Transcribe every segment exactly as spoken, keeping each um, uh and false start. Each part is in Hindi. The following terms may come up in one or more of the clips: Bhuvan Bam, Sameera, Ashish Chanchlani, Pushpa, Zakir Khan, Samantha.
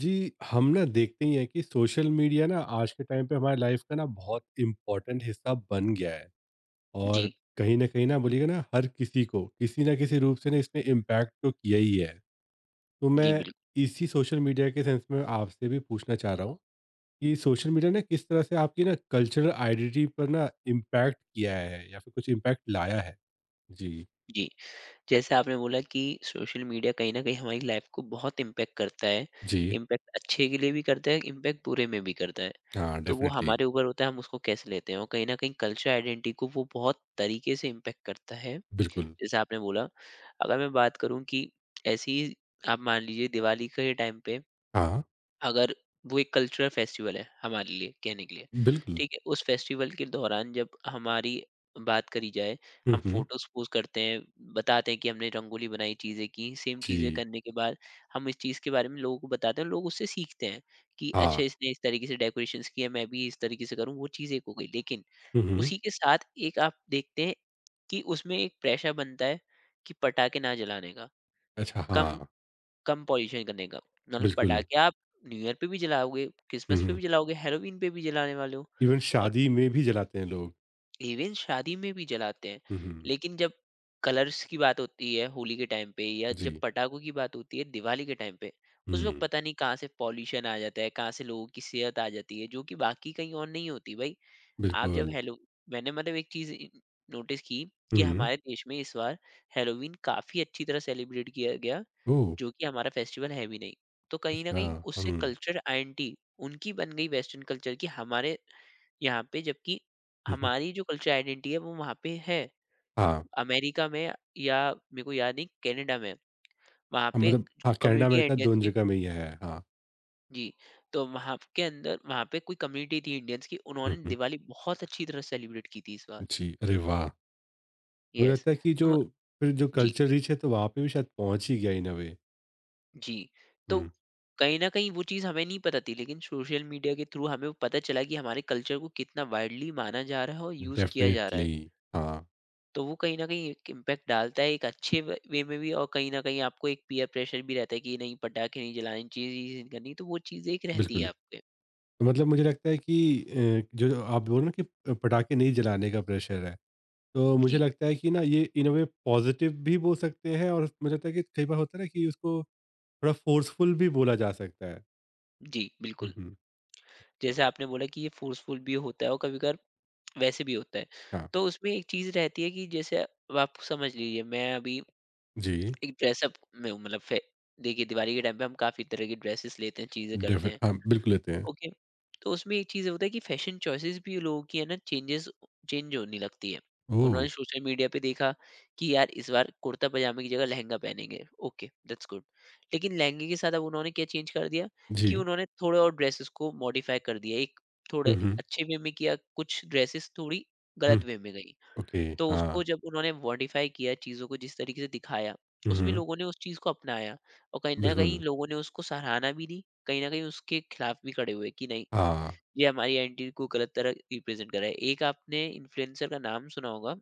जी, हम ना देखते ही हैं कि सोशल मीडिया ना आज के टाइम पे हमारी लाइफ का ना बहुत इम्पोर्टेंट हिस्सा बन गया है जी, और कहीं न कहीं ना बोलिएगा ना हर किसी को, किसी न किसी रूप से ना इसने इम्पैक्ट तो किया ही है। तो जी, मैं बिल्क इसी सोशल मीडिया के सेंस में आपसे भी पूछना चाह रहा हूँ कि सोशल मीडिया ने किस तरह से आपकी ना कल्चरल आइडेंटिटी पर ना इम्पैक्ट किया है या फिर कुछ इम्पैक्ट लाया है? जी। जी। जैसे आपने बोला कि सोशल मीडिया कहीं न कहीं हमारी लाइफ़ को बहुत इम्पैक्ट करता है। जी। इम्पैक्ट अच्छे के लिए भी करता है, इम्पैक्ट बुरे में भी करता है। हाँ, तो वो डेफ़िनिटली। हमारे ऊपर होता है, हम उसको कैसे लेते हैं, और कहीं न कहीं कल्चर आइडेंटिटी को वो बहुत तरीके से इम्पैक्ट करता है। बिल्कुल। जैसे आपने बोला, अगर मैं बात करूँ कि ऐसी ही आप मान लीजिए दिवाली के टाइम पे हाँ, अगर वो एक कल्चरल फेस्टिवल है हमारे लिए कहने के लिए, बिल्कुल। ठीक है। उस फेस्टिवल के दौरान जब हमारी बात करी जाए, हुँ, हम हुँ। फोटोज पोस्ट करते हैं, बताते हैं कि हमने रंगोली बनाई, चीज़ें की। सेम चीज़ें जी। करने के बाद हम इस चीज़ के बारे में लोगों को बताते हैं, लोग उससे सीखते हैं कि अच्छा, हाँ। इसने इस तरीके से डेकोरेशंस किया, मैं भी इस तरीके से करूँ। वो चीज़ एक हो गई, लेकिन हुँ, हुँ। उसी के साथ एक आप देखते हैं कि उसमें एक प्रेशर बनता है कि पटाखे ना जलाने का, अच्छा, कम हाँ। कम पॉल्यूशन करने का। मतलब बिल्कुल। पटाखे आप न्यू ईयर पे भी जलाओगे, हुँ, क्रिसमस पे हुँ। भी जलाओगे, हैलोवीन पे भी जलाने वाले हो, इवन और शादी में भी जलाते हैं लोग। इवन शादी में भी जलाते हैं। हुँ, हुँ। लेकिन जब कलर्स की बात होती है होली के टाइम पे, या जब जी। पटाखों की बात होती है दिवाली के टाइम पे, उस वक़्त हुँ, पता नहीं कहाँ से पॉल्यूशन आ जाता है, कहाँ से लोगों की सेहत आ जाती है, जो कि बाकी कहीं और नहीं होती भाई। आप जब बिल्कुल। हैलो मैंने मतलब एक चीज़ नोटिस की कि हुँ। हमारे देश में इस बार हैलोवीन काफ़ी अच्छी तरह सेलिब्रेट किया गया, ओह! जो कि हमारा फेस्टिवल है भी नहीं। तो कहीं न अच्छा। कहीं उससे हुँ। कल्चर आइडेंटिटी उनकी बन गई वेस्टर्न कल्चर की हमारे यहाँ पे, जबकि हुँ, हुँ। हमारी जो कल्चर आइडेंटिटी है वो वहाँ पे है। हाँ, अमेरिका में या मेरे को याद नहीं, कनाडा में, वहाँ पे मतलब हाँ, कनाडा, कम्युनिटी है अमेरिका इंडियंस दोनों की। जगह में ये है। हाँ। जी, तो वहाँ के अंदर वहाँ पे कोई कम्युनिटी थी इंडियंस की, उन्होंने हुँ, हुँ। दिवाली बहुत अच्छी तरह सेलिब्रेट की थी इस बार। जी, अरे वाह! मुझे यस। लगता है कि तो जो म- फिर जो जी, कल्चर रिच है तो वहाँ पे भी शायद पहुँच ही गया इन अ वे। जी, तो हुँ, कहीं ना कहीं वो चीज़ हमें नहीं पता थी, लेकिन सोशल मीडिया के थ्रू हमें वो पता चला कि हमारे कल्चर को कितना वाइडली माना जा रहा है और यूज़ किया जा रहा है। डेफ़िनिटली। हाँ, तो वो कहीं ना कहीं एक इम्पैक्ट डालता है, एक अच्छे वे वे में भी, और कहीं ना कहीं आपको एक पीयर प्रेशर भी रहता है कि नहीं, पटाखे नहीं जलाने, चीज़ ये नहीं करनी, तो वो चीज़ एक रहती है बिल्कुल। आपके। तो मतलब मुझे लगता है कि अ, जो आप बोल रहे हो ना कि पटाखे नहीं जलाने का प्रेशर है। तो मुझे जी। लगता है कि ना ये इन अ वे पॉज़िटिव भी बोल सकते हैं और मुझे लगता है कि कई बार होता है ना कि उसको थोड़ा फ़ोर्सफुल भी बोला जा सकता है। जी, हुँ, बिल्कुल। हुँ। जैसे आपने बोला कि ये फोर्सफुल भी होता है और कभी कभार वैसे भी होता है। हाँ। तो उसमें एक चीज़ रहती है कि जैसे अब आप समझ लीजिए, मैं अभी जी। एक ड्रेसअप में हूँ, मतलब फे देखिए, दिवाली के टाइम पे हम काफ़ी तरह की ड्रेसेस लेते हैं, चीज़ें करते डेफि हैं, हाँ, बिल्कुल लेते हैं। ओके। तो उसमें एक चीज़ होता है कि फैशन चॉइसेस भी लोगों की, है ना, चेंजेस चेंज होने लगती है। ओह! उन्होंने सोशल मीडिया पे देखा कि यार, इस बार कुर्ता पजामे की जगह लहंगा पहनेंगे, ओके दैट्स गुड। लेकिन लहंगे के साथ अब उन्होंने क्या चेंज कर दिया कि जी। उन्होंने थोड़े और ड्रेसेस को मॉडिफाई कर दिया। एक थोड़े हुँ, हुँ। अच्छे वे में किया, कुछ ड्रेसेस थोड़ी हुँ। गलत वे में गई। ओके। तो उसको हाँ। जब उन्होंने मॉडिफाई किया, चीज़ों को जिस तरीके से दिखाया, हुँ, उसमें हुँ। लोगों ने उस चीज़ को अपनाया, और कहीं न कहीं बिल्कुल। लोगों ने उसको सराहना भी दी, कहीं न कहीं उसके खिलाफ भी खड़े हुए कि नहीं, हाँ। ये हमारी आइडेंटिटी को गलत तरह रिप्रेज़ेंट कर रहा है। एक आपने इन्फ्लुएंसर का नाम सुना होगा,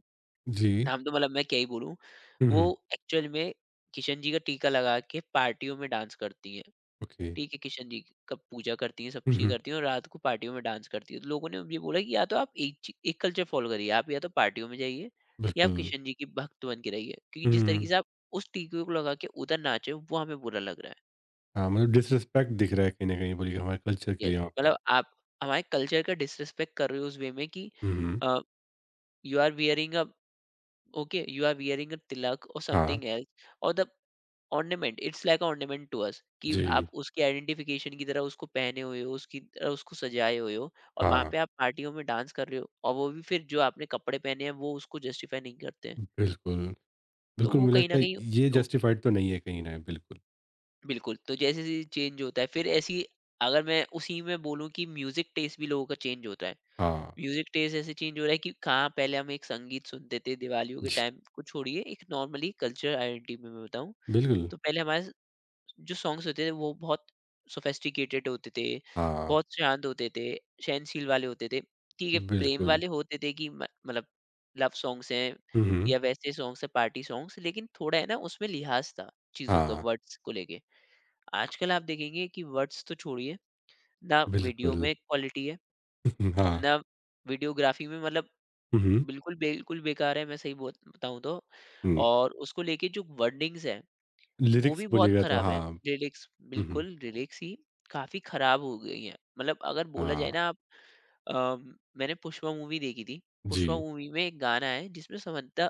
जी। नाम तो मतलब मैं क्या ही बोलूँ, हुँ, वो हुँ। एक्चुअल में किशन जी का टीका लगा के पार्टियों में डांस करती हैं। ओके। टी के किशन जी का पूजा करती हैं, सब हुँ, कुछ ही हुँ। करती हैं, और रात को पार्टियों में डांस करती हैं। तो लोगों ने ये बोला कि या तो आप एक ची एक कल्चर फ़ॉलो करिए, आप या तो पार्टियों में जाइए या आप बिल्कुल। किशन जी की भक्त बन के रहिए। क्योंकि जिस तरीके हुँ। से आप उस टीके को लगा के उधर नाचे हो, वो हमें बुरा लग रहा है। हाँ, मतलब डिसरिस्पेक्ट दिख रहा है कहीं न कहीं बोलिए हमारे कल्चर के यस, लिए वहाँ पे। मतलब आप हमारे कल्चर का डिसरिस्पेक्ट कर रहे हो उस वे में कि हुँ, हुँ। Uh, you are wearing a okay, you are wearing a tilak और हाँ। समथिंग एल्स और the ornament, it's like ornament to us, कि आप जी। उसकी आइडेंटिफिकेशन की तरह उसको पहने हुए हो, उसकी तरह उसको सजाए हुए हो, और वहां हाँ। पे आप पार्टियों में डांस कर रहे हो, और वो भी फिर जो आपने कपड़े पहने हैं वो उसको जस्टिफाई नहीं करते हैं। बिल्कुल। तो बिल्कुल, वो मुझे कहीं ना लगता है कहीं ये लोग। जस्टिफाइड तो नहीं है कहीं न बिल्कुल। बिल्कुल, तो जैसे जैसे चेंज होता है, फिर ऐसी, अगर मैं उसी में बोलूँ कि म्यूजिक टेस्ट भी लोगों का चेंज होता है। हाँ, म्यूजिक टेस्ट ऐसे चेंज हो रहा है कि कहाँ पहले हम एक संगीत सुनते थे। दिवालियों के जी, टाइम को छोड़िए, एक नॉर्मली कल्चर आइडेंटिटी में मैं बताऊँ बिल्कुल, तो पहले हमारे जो सॉन्ग्स होते थे वो बहुत सोफिस्टिकेटेड होते थे, हाँ, बहुत शांत होते थे, सहनशील वाले होते थे। ठीक है, प्रेम बिल्कुल। वाले होते थे कि म मतलब लव सॉन्ग्स हैं, हुँ, हुँ, या वैसे सॉन्ग्स हैं, पार्टी सॉन्ग्स, लेकिन थोड़ा है ना, उसमें लिहाज़ था चीज़ों का, हाँ, वर्ड्स को लेके। आजकल आप देखेंगे कि वर्ड्स तो छोड़िए, ना वीडियो बिल्कुल। में क्वालिटी है, हाँ, ना वीडियोग्राफी में, मतलब हुँ, हुँ, बिल्कुल, बिल्कुल बेकार है, मैं सही बोल बताऊँ तो। हुँ, और उसको लेके जो वर्डिंग्स हैं, तो वो लिरिक्स भी बहुत बोलिएगा तो खराब है। हाँ, लिरिक्स हुँ, हुँ, बिल्कुल, लिरिक्स ही काफ़ी खराब हो गई हैं। मतलब अगर बोला हाँ, जाए ना, आप, अ, मैंने पुष्पा मूवी देखी थी। पुष्पा जी, मूवी में एक गाना है जिसमें समंथा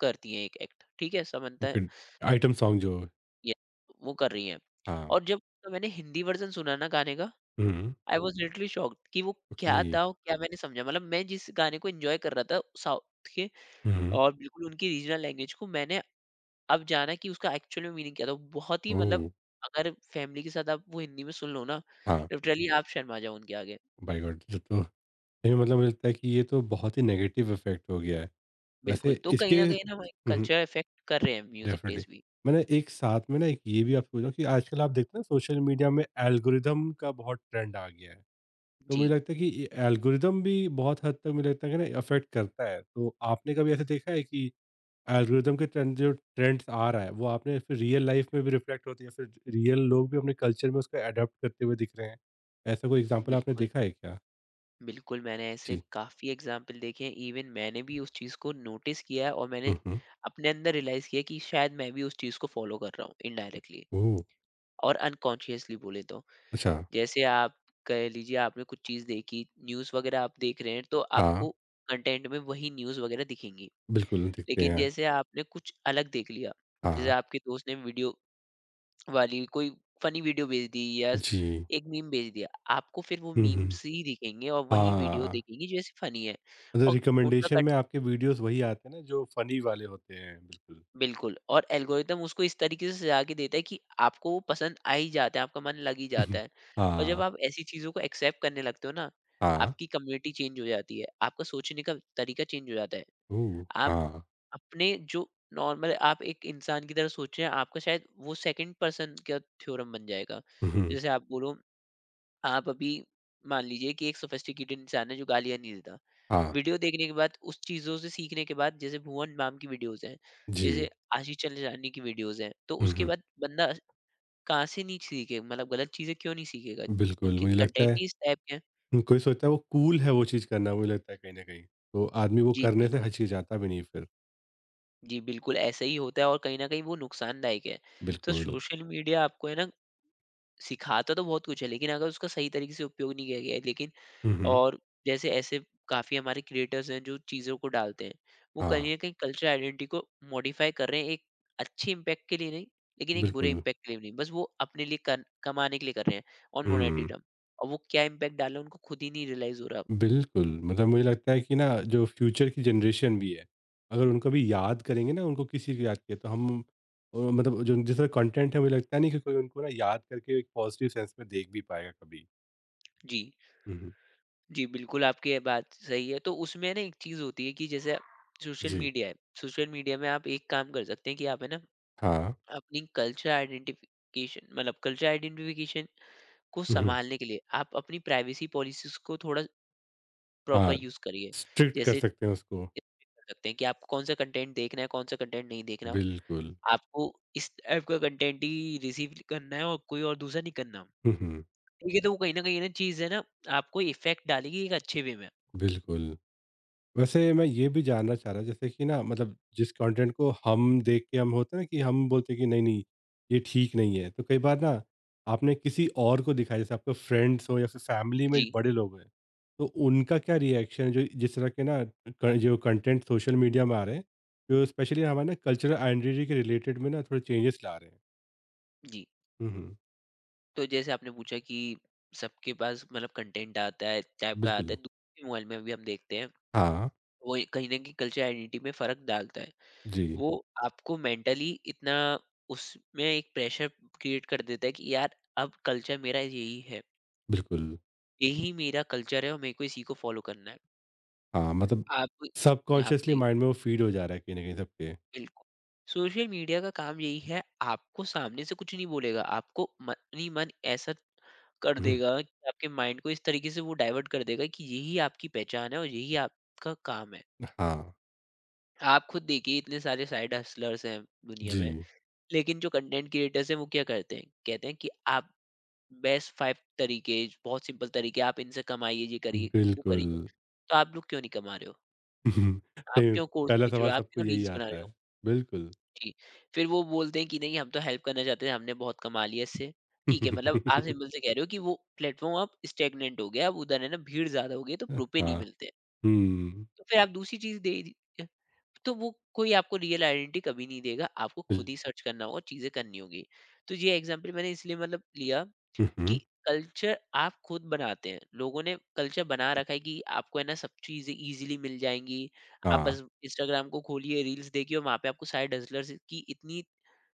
करती हैं एक एक्ट, ठीक है? समंथा ओके, आइटम सॉन्ग जो या वो कर रही हैं, हाँ, और जब उसका मैंने हिंदी वर्ज़न सुना ना गाने का, हुँ, आई वाज़ लिटरली शॉक्ड कि वो ओके, क्या था और क्या मैंने समझा। मतलब मैं जिस गाने को एन्जॉय कर रहा था साउथ के हुँ, हुँ, और बिल्कुल उनकी रीजनल लैंग्वेज को, मैंने अब जाना कि उसका एक्चुअल में मीनिंग क्या था। बहुत ही मतलब, ओह! अगर फैमिली के साथ आप वो हिंदी में सुन लो ना, हाँ, लिटरली आप शर्मा जाओ उनके आगे। माय गॉड ये तो ये मतलब मुझे लगता है कि ये तो बहुत ही नेगेटिव इफ़ेक्ट हो गया है। बिल्कुल, वैसे तो इसके कहीं न कहीं ना हमारे हुँ, हुँ। कल्चर इफेक्ट कर रहे हैं, म्यूज़िक डेफिनिटली। टेस्ट भी। मैंने एक साथ में ना एक ये भी आपको बोला कि आजकल आप देखते हैं ना सोशल मीडिया में एल्गोरिदम का बहुत ट्रेंड आ गया है। तो मुझे जी, लगता है कि ये एल्गोरिदम भी बहुत हद तक मुझे लगता है कि ना अफ़ेक्ट करता है। तो आपने कभी ऐसा देखा है कि एल्गोरिदम के ट्रेंड जो ट्रेंड्स आ रहा है वो आपने फिर रियल लाइफ़ में भी रिफ्लेक्ट होती है फिर रियल लोग भी अपने कल्चर में उसको एडॉप्ट करते हुए दिख रहे हैं? ऐसा कोई एग्ज़ाम्पल आपने बिल्कुल, देखा है क्या? बिल्कुल मैंने ऐसे जी। काफ़ी एग्ज़ाम्पल देखे हैं। इवन मैंने भी उस चीज़ को नोटिस किया है, और मैंने हुँ, हुँ। अपने अंदर रियलाइज़ किया कि शायद मैं भी उस चीज़ को फ़ॉलो कर रहा हूँ इनडायरेक्टली ओह! और अनकॉन्शियसली बोले तो। अच्छा। जैसे आप कह लीजिए, आपने कुछ चीज़ देखी, न्यूज़ वगैरह आप देख रहे हैं, तो हाँ, आपको कंटेंट में वही न्यूज़ वगैरह दिखेंगी। बिल्कुल दिखते लेकिन हैं। जैसे आपने कुछ अलग देख लिया, जैसे हाँ। आपके दोस्त ने वीडियो वाली कोई फ़नी वीडियो भेज दी या जी। एक मीम भेज दिया, आपको फिर वो हुँ, हुँ। मीम्स ही दिखेंगे और वही वीडियो हाँ। दिखेंगी, जैसे फ़नी है। मतलब और उनका रिकमेंडेशन में आपके वीडियोस वही आते हैं ना जो फनी वाले होते हैं, बिल्कुल। बिल्कुल, और एल्गोरिदम उसको इस तरीके से सजा के देता है कि आपको वो पसंद आ ही जाता है, आपका मन लग ही जाता है। और जब हाँ, आप ऐसी चीज़ों को एक्सेप्ट करने लगते हो ना, हाँ, आपकी कम्युनिटी चेंज हो जाती है, आपका सोचने का तरीका चेंज हो जाता है। ओह! आप हाँ, अपने जो नॉर्मल आप एक इंसान की तरह सोच रहे हैं, आपका शायद वो सेकंड पर्सन का थ्योरम बन जाएगा। हुँ, जैसे आप बोलो, आप अभी मान लीजिए कि एक सोफिस्टिकेटेड इंसान है जो गालियाँ नहीं देता। हाँ, वीडियो देखने के बाद, उस चीज़ों से सीखने के बाद, जैसे भुवन बाम की वीडियोज़ हैं, जी, जैसे आशीष चंचलानी की वीडियोज़ हैं, तो हुँ, उसके हुँ, बाद बंदा कहाँ से नहीं सीखे, मतलब गलत चीज़ें क्यों नहीं सीखेगा? बिल्कुल उनके मुझे लगता कंटेंट है ही इस टाइप के हैं। हम्म, कोई सोचता है वो कूल है वो चीज़ करना मुझे लगता है कहीं न कहीं, तो आदमी वो जी, करने से बिल्कुल। हिचकिचाता भी नहीं फिर। जी, बिल्कुल ऐसा ही होता है और कहीं न कहीं वो नुकसानदायक है। तो बिल्कुल, सोशल मीडिया आपको है ना सिखाता तो बहुत कुछ है, लेकिन अगर उसका सही तरीके से उपयोग नहीं किया गया है लेकिन हुँ, हुँ, और जैसे ऐसे काफ़ी हमारे क्रिएटर्स हैं जो चीज़ों को डालते हैं। वो हाँ, कहीं न कहीं कल्चरल आइडेंटिटी को मॉडिफ़ाई कर रहे हैं, एक अच्छे इम्पैक्ट के लिए नहीं, लेकिन एक बुरे बिल्कुल, इम्पैक्ट के लिए भी नहीं। बस वो अपने लिए कर कमाने के लिए कर रहे हैं, ऑन मोनेटरी हुँ। टर्म। और वो क्या इम्पैक्ट डाल रहे हैं उनको खुद ही नहीं रियलाइज़ हो रहा। बिल्कुल, मतलब मुझे लगता है कि ना जो फ्यूचर की जनरेशन भी है, अगर उनको भी याद करेंगे ना उनको किस चीज़ की याद किया तो हम अ, मतलब जो जिस तरह कंटेंट है मुझे लगता नहीं कि कोई उनको ना याद करके एक पॉज़िटिव सेंस में देख भी पाएगा कभी। जी। हुँ, हुँ। जी, बिल्कुल आपकी ये बात सही है। तो उसमें ना एक चीज़ होती है कि जैसे सोशल जी। मीडिया है। सोशल मीडिया में आप एक काम कर सकते हैं कि आप है ना हाँ। अपनी कल्चर आइडेंटिफिकेशन मतलब कल्चर आइडेंटिफिकेशन को हुँ, हुँ। संभालने के लिए आप अपनी प्राइवेसी पॉलिसीज़ को थोड़ा प्रॉपर हाँ, यूज़ करिए। स्ट्रिक्ट कर जैसे सकते हैं उसको। कर सकते हैं कि आपको कौन-सा कंटेंट देखना है, कौन-सा कंटेंट नहीं देखना। बिल्कुल। आपको इस टाइप का कंटेंट ही रिसीव करना है और कोई और दूसरा नहीं करना। हुँ, हुँ। ठीक है, तो वो कहीं न कहीं ना चीज़ है ना आपको इफ़ेक्ट डालेगी एक अच्छे वे में। बिल्कुल। वैसे मैं ये भी जानना चाह रहा जैसे कि ना मतलब जिस कंटेंट को हम देख के हम होते हैं ना कि हम बोलते हैं कि नहीं नहीं ये ठीक नहीं है तो कई बार ना आपने किसी और को दिखाया जैसे आपके फ्रेंड्स हो या फिर फैमिली में जी, बड़े लोग हैं तो उनका क्या रिएक्शन जो जिस तरह के ना क- जो कंटेंट सोशल मीडिया में आ रहे हैं जो स्पेशली हमारे ना कल्चरल आइडेंटिटी के रिलेटेड में ना थोड़े चेंजेस ला रहे हैं जी। हम्म तो जैसे आपने पूछा कि सबके पास मतलब कंटेंट आता है, टाइप का आता है, बिल्कुल दूसरे मोबाइल में भी हम देखते हैं। हाँ वो कहीं न कहीं कल्चर आइडेंटिटी में फ़र्क डालता है। जी वो आपको मेंटली इतना उसमें एक प्रेशर क्रिएट कर देता है कि यार अब कल्चर मेरा यही है, बिल्कुल यही मेरा कल्चर है और मेरे को इसी को फॉलो करना है। हाँ मतलब आप यहाँ सबकॉन्शियसली पे माइंड में वो फीड हो जा रहा है कहीं ना कहीं सबके बिल्कुल। सोशल मीडिया का काम यही है, आपको सामने से कुछ नहीं बोलेगा, आपको मन ही मन ऐसा कर हम्म, देगा कि आपके माइंड को इस तरीके से वो डाइवर्ट कर देगा कि यही आपकी पहचान है और यही आपका काम है। हाँ आप खुद देखिए इतने सारे साइड हसलर्स हैं दुनिया में, जी, लेकिन जो कंटेंट क्रिएटर्स हैं वो क्या करते हैं, कहते हैं कि आप बेस्ट फ़ाइव तरीके, बहुत सिंपल तरीके, आप इनसे कमाइए, ये करिए, वो बिल्कुल। करिए। तो आप लोग क्यों नहीं कमा रहे हो? आप सही में क्यों कोर्स पहला बेच रहे सवाल हो? आप सबको क्यों यही रील्स बना आता रहे हो? है, बिल्कुल। जी। फिर वो बोलते हैं कि नहीं हम तो हेल्प करना चाहते हैं, हमने बहुत कमा लिया इससे। ठीक है, मतलब आप सिंपल से कह रहे हो कि वो प्लेटफ़ॉर्म अब स्टैग्नेंट हो गया, अब उधर है ना भीड़ ज़्यादा हो गई है तो अ, रुपए नहीं हाँ, मिलते हैं। हुँ, तो फिर आप दूसरी चीज़ दे दीजिए। तो वो कोई आपको रियल आइडेंटिटी कभी नहीं देगा, आपको बिल खुद ही सर्च करना होगा, चीज़ें करनी होगी। तो ये एग्ज़ाम्पल मैंने इसलिए मतलब लिया हुँ, कि हुँ, कल्चर आप खुद बनाते हैं। लोगों ने कल्चर बना रखा है कि आपको है ना सब चीज़ें ईज़िली मिल जाएँगी। आप हाँ, बस इंस्टाग्राम को खोलिए, रील्स देखिए और वहाँ पे आपको साइड हसलर्स की इतनी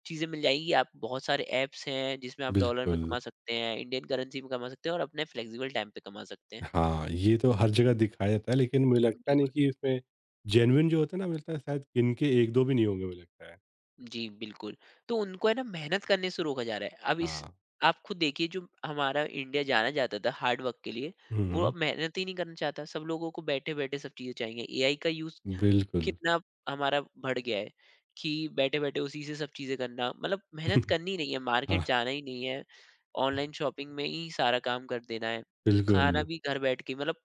चीज़ें मिल जाएँगी। आप बहुत सारे ऐप्स हैं जिसमें आप डॉलर में बिल्कुल। कमा सकते हैं, इंडियन करेंसी में कमा सकते हैं और अपने फ्लेक्सिबल टाइम पे कमा सकते हैं। हाँ, ये तो हर जगह दिखाया जाता है लेकिन मुझे लगता नहीं बिल्कुल। कि इसमें जेन्युइन जो होता है ना, मुझे लगता है शायद गिनके एक दो भी नहीं होंगे मुझे लगता है। जी, बिल्कुल। तो उनको है ना मेहनत करने से रोका जा रहा है। अब इस हाँ, आप खुद देखिए जो हमारा इंडिया जाना जाता था हार्ड वर्क के लिए, वो हुँ, अब मेहनत ही नहीं करना चाहता। सब लोगों को बैठे-बैठे सब चीज़ें चाहिए। एआई का यूज़ बिल्कुल। कितना हमारा बढ़ गया है कि बैठे-बैठे उसी से सब चीज़ें करना, मतलब मेहनत करनी नहीं है, मार्केट हाँ, जाना ही नहीं है, ऑनलाइन शॉपिंग में ही सारा काम कर देना है। बिल्कुल। खाना भी घर बैठ के, मतलब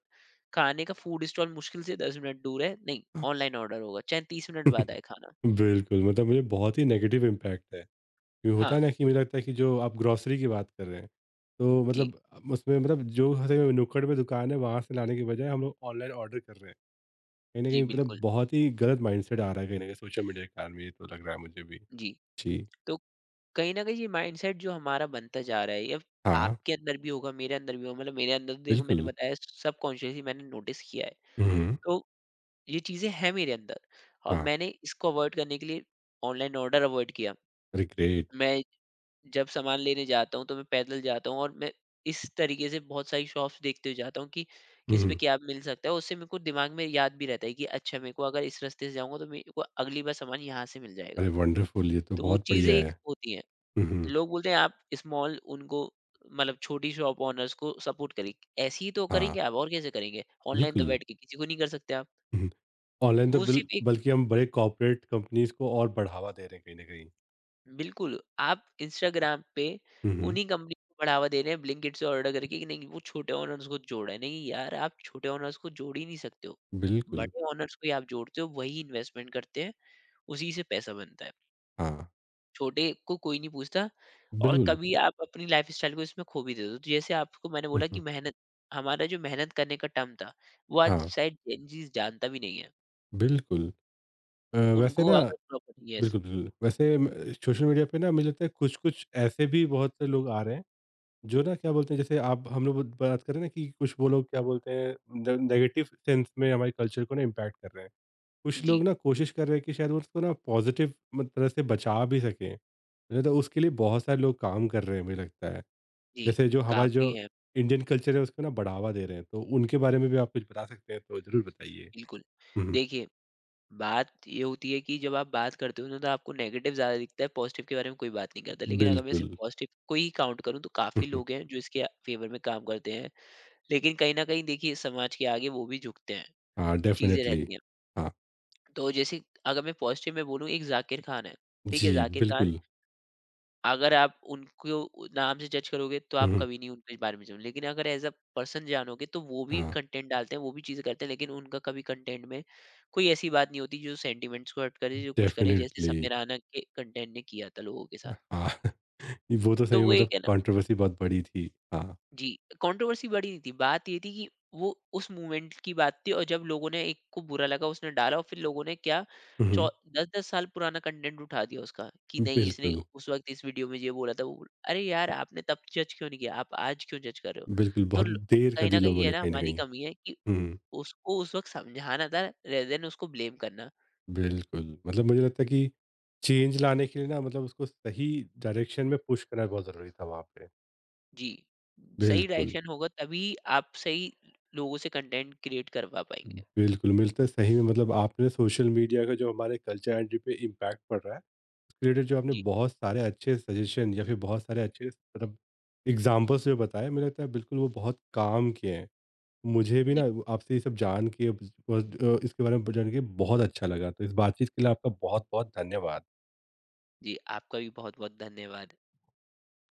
खाने का फूड स्टॉल मुश्किल से दस मिनट दूर है, नहीं ऑनलाइन ऑर्डर होगा, चाहे तीस मिनट बाद आए खाना। बिल्कुल, मतलब मुझे बहुत ही नेगेटिव इम्पैक्ट है। ये होता हाँ, है ना कि मुझे लगता है कि जो आप ग्रोसरी की बात कर रहे हैं तो जी, मतलब उसमें मतलब जो सही में नुक्कड़ में दुकान है वहाँ से लाने के बजाय हम लोग ऑनलाइन ऑर्डर कर रहे हैं कहीं ना जी कहीं मतलब बिल्कुल, बहुत ही गलत माइंडसेट आ रहा है कहीं ना कहीं सोशल मीडिया के कारण भी ये तो लग रहा है मुझे भी जी। जी तो कहीं न कहीं ये माइंडसेट जो हमारा बनता जा रहा है, ये हाँ आपके अंदर भी होगा, मेरे अंदर भी होगा, मतलब मेरे अंदर तो देखो मैंने बिल्कुल बताया सबकॉन्शियसली मैंने नोटिस किया है। हम्म तो ये चीज़ें हैं मेरे अंदर और हाँ मैंने इसको अवॉइड करने के लिए ऑनलाइन ऑर्डर अवॉइड किया। अरे ग्रेट मैं जब सामान लेने जाता हूँ तो मैं पैदल जाता हूँ और मैं इस तरीके से बहुत सारी शॉप्स देखते हुए जाता हूँ कि किस पे हम्म क्या मिल सकता है। उससे मेरे को दिमाग में याद भी रहता है कि अच्छा मेरे को अगर इस रास्ते से जाऊँगा तो मेरे को अगली बार सामान यहाँ से मिल जाएगा। अरे वंडरफुल ये तो तो वो बहुत चीज़ें बढ़िया एक है होती हैं। हम्म लोग बोलते हैं, आप स्मॉल उनको मतलब छोटी शॉप ओनर्स को सपोर्ट करें। ऐसे ही तो हाँ करेंगे आप, और कैसे करेंगे? ऑनलाइन तो बिल्कुल बैठ के किसी को नहीं कर सकते आप। ऑनलाइन तो वो बिल सिर्फ़ एक बल्कि हम बड़े कॉर्पोरेट कंपनीज को और बढ़ावा दे रहे हैं कहीं ना कहीं बिल्कुल। आप इंस्टाग्राम पे हम्म उन्हीं कंपनी को बढ़ावा दे रहे हैं ब्लिंकिट से ऑर्डर करके कि नहीं वो छोटे ऑनर्स को जोड़ा है। नहीं यार, आप छोटे ऑनर्स को जोड़ ही नहीं सकते हो। बिल्कुल बड़े ऑनर्स को ही आप जोड़ते हो, वही इन्वेस्टमेंट करते हैं, उसी से पैसा बनता है। हाँ छोटे को कोई नहीं पूछता। और बिल्कुल कभी आप अपनी लाइफ़स्टाइल को इसमें खो भी देते हो। तो जैसे आपको मैंने बोला कि हम्म मेहनत हमारा जो मेहनत करने का टर्म था, वो आज हाँ शायद जेन ज़ी जानता भी नहीं है। बिल्कुल। अ, वैसे उनको ना अगर प्रॉपर यस, बिल्कुल, बिल्कुल। वैसे म सोशल मीडिया पे ना मुझे लगता है कुछ-कुछ ऐसे भी बहुत से लोग आ रहे हैं, जो ना क्या बोलते हैं जैसे आप हम लोग बात कर रहे हैं ना कि कुछ वो लोग क्या बोलते हैं ने नेगेटिव सेंस में हमारे कल्चर को ना इम्पैक्ट कर रहे हैं। कुछ जी, लोग ना कोशिश कर रहे हैं कि शायद वो उसको ना पॉज़िटिव मत तरह से बचा भी सकें। मुझे तो उसके लिए बहुत सारे लोग काम कर रहे हैं मुझे लगता है। जी, जैसे जो हमारे जो काफ़ी है, इंडियन कल्चर है उसको ना बढ़ावा दे रहे हैं, तो उनके बारे में भी आप कुछ बता सकते हैं तो ज़रूर बताइए? बिल्कुल। हुँ, हुँ। देखिए बात ये होती है कि जब आप बात करते हो ना तो आपको नेगेटिव ज़्यादा दिखता है, पॉज़िटिव के बारे में कोई बात नहीं करता। लेकिन अगर मैं सिर्फ़ बिल्कुल। पॉज़िटिव को ही काउंट करूँ तो काफ़ी लोग हैं जो इसके फ़ेवर में काम करते हैं। लेकिन कहीं न कहीं देखिए समाज के आगे वो भी झुकते हैं, हाँ, चीज़ें डेफ़िनेटली। रहती हैं। हाँ, तो जैसे अगर मैं पॉज़िटिव में बोलूँ, एक ज़ाकिर खान है, ठीक है? जी, ज़ाकिर खान, बिल्कुल। अगर आप उनको नाम से जज करोगे तो आप हुँ, कभी नहीं उनके बारे में जानोगे, लेकिन अगर एज अ पर्सन जानोगे तो वो भी हाँ, कंटेंट डालते हैं, वो भी चीज़ें करते हैं, लेकिन उनका कभी कंटेंट में कोई ऐसी बात नहीं होती जो सेंटिमेंट्स को हर्ट करे, जो कुछ करे जैसे डेफ़िनेटली। समीराना के कंटेंट ने किया था लोगों के साथ। हाँ, वो तो तो सही वो में मतलब एक है ना। कंट्रोवर्सी बहुत बड़ी थी। हाँ। जी, कंट्रोवर्सी बड़ी नहीं थी, बात ये थी कि वो उस मूवमेंट की बात थी और जब लोगों ने, एक को बुरा लगा उसने डाला और फिर लोगों ने क्या, हुँ, चौ हुँ। दस दस साल पुराना कंटेंट उठा दिया उसका, कि नहीं इसने बिल्कुल, उस वक़्त इस वीडियो में ये बोला था, वो बोला अरे यार! आपने तब जज क्यों नहीं किया? आप आज क्यों जज कर रहे हो? बिल्कुल, तो बहुत ल देर कर कहीं न दी कहीं लोगों ये ने ना कहीं न हमारी कहीं। कमी है कि हुँ, उसको उस वक़्त समझाना था रेदर देन उसको ब्लेम करना। बिल्कुल, मतलब मुझे लगता है कि चेंज लाने के लिए ना मतलब उसको सही डायरेक्शन में पुश करना बहुत ज़रूरी था वहाँ पे। जी, सही बिल्कुल, डायरेक्शन होगा तभी आप सही लोगों से कंटेंट क्रिएट करवा पाएँगे। बिल्कुल, मिलता है सही में मतलब आपने सोशल मीडिया का जो हमारे कल्चर आइडेंटिटी पे इम्पैक्ट पड़ रहा है क्रिएटर जो आपने जी, बहुत सारे अच्छे सजेशन या फिर बहुत सारे अच्छे मतलब एग्जाम्पल्स जो बताए मुझे लगता है बिल्कुल वो बहुत काम किए हैं मुझे भी जी, ना आपसे ये सब जान के बस, अ, इसके बारे में जान के बहुत अच्छा लगा तो इस बातचीत के लिए आपका बहुत बहुत धन्यवाद जी, आपका भी बहुत-बहुत धन्यवाद।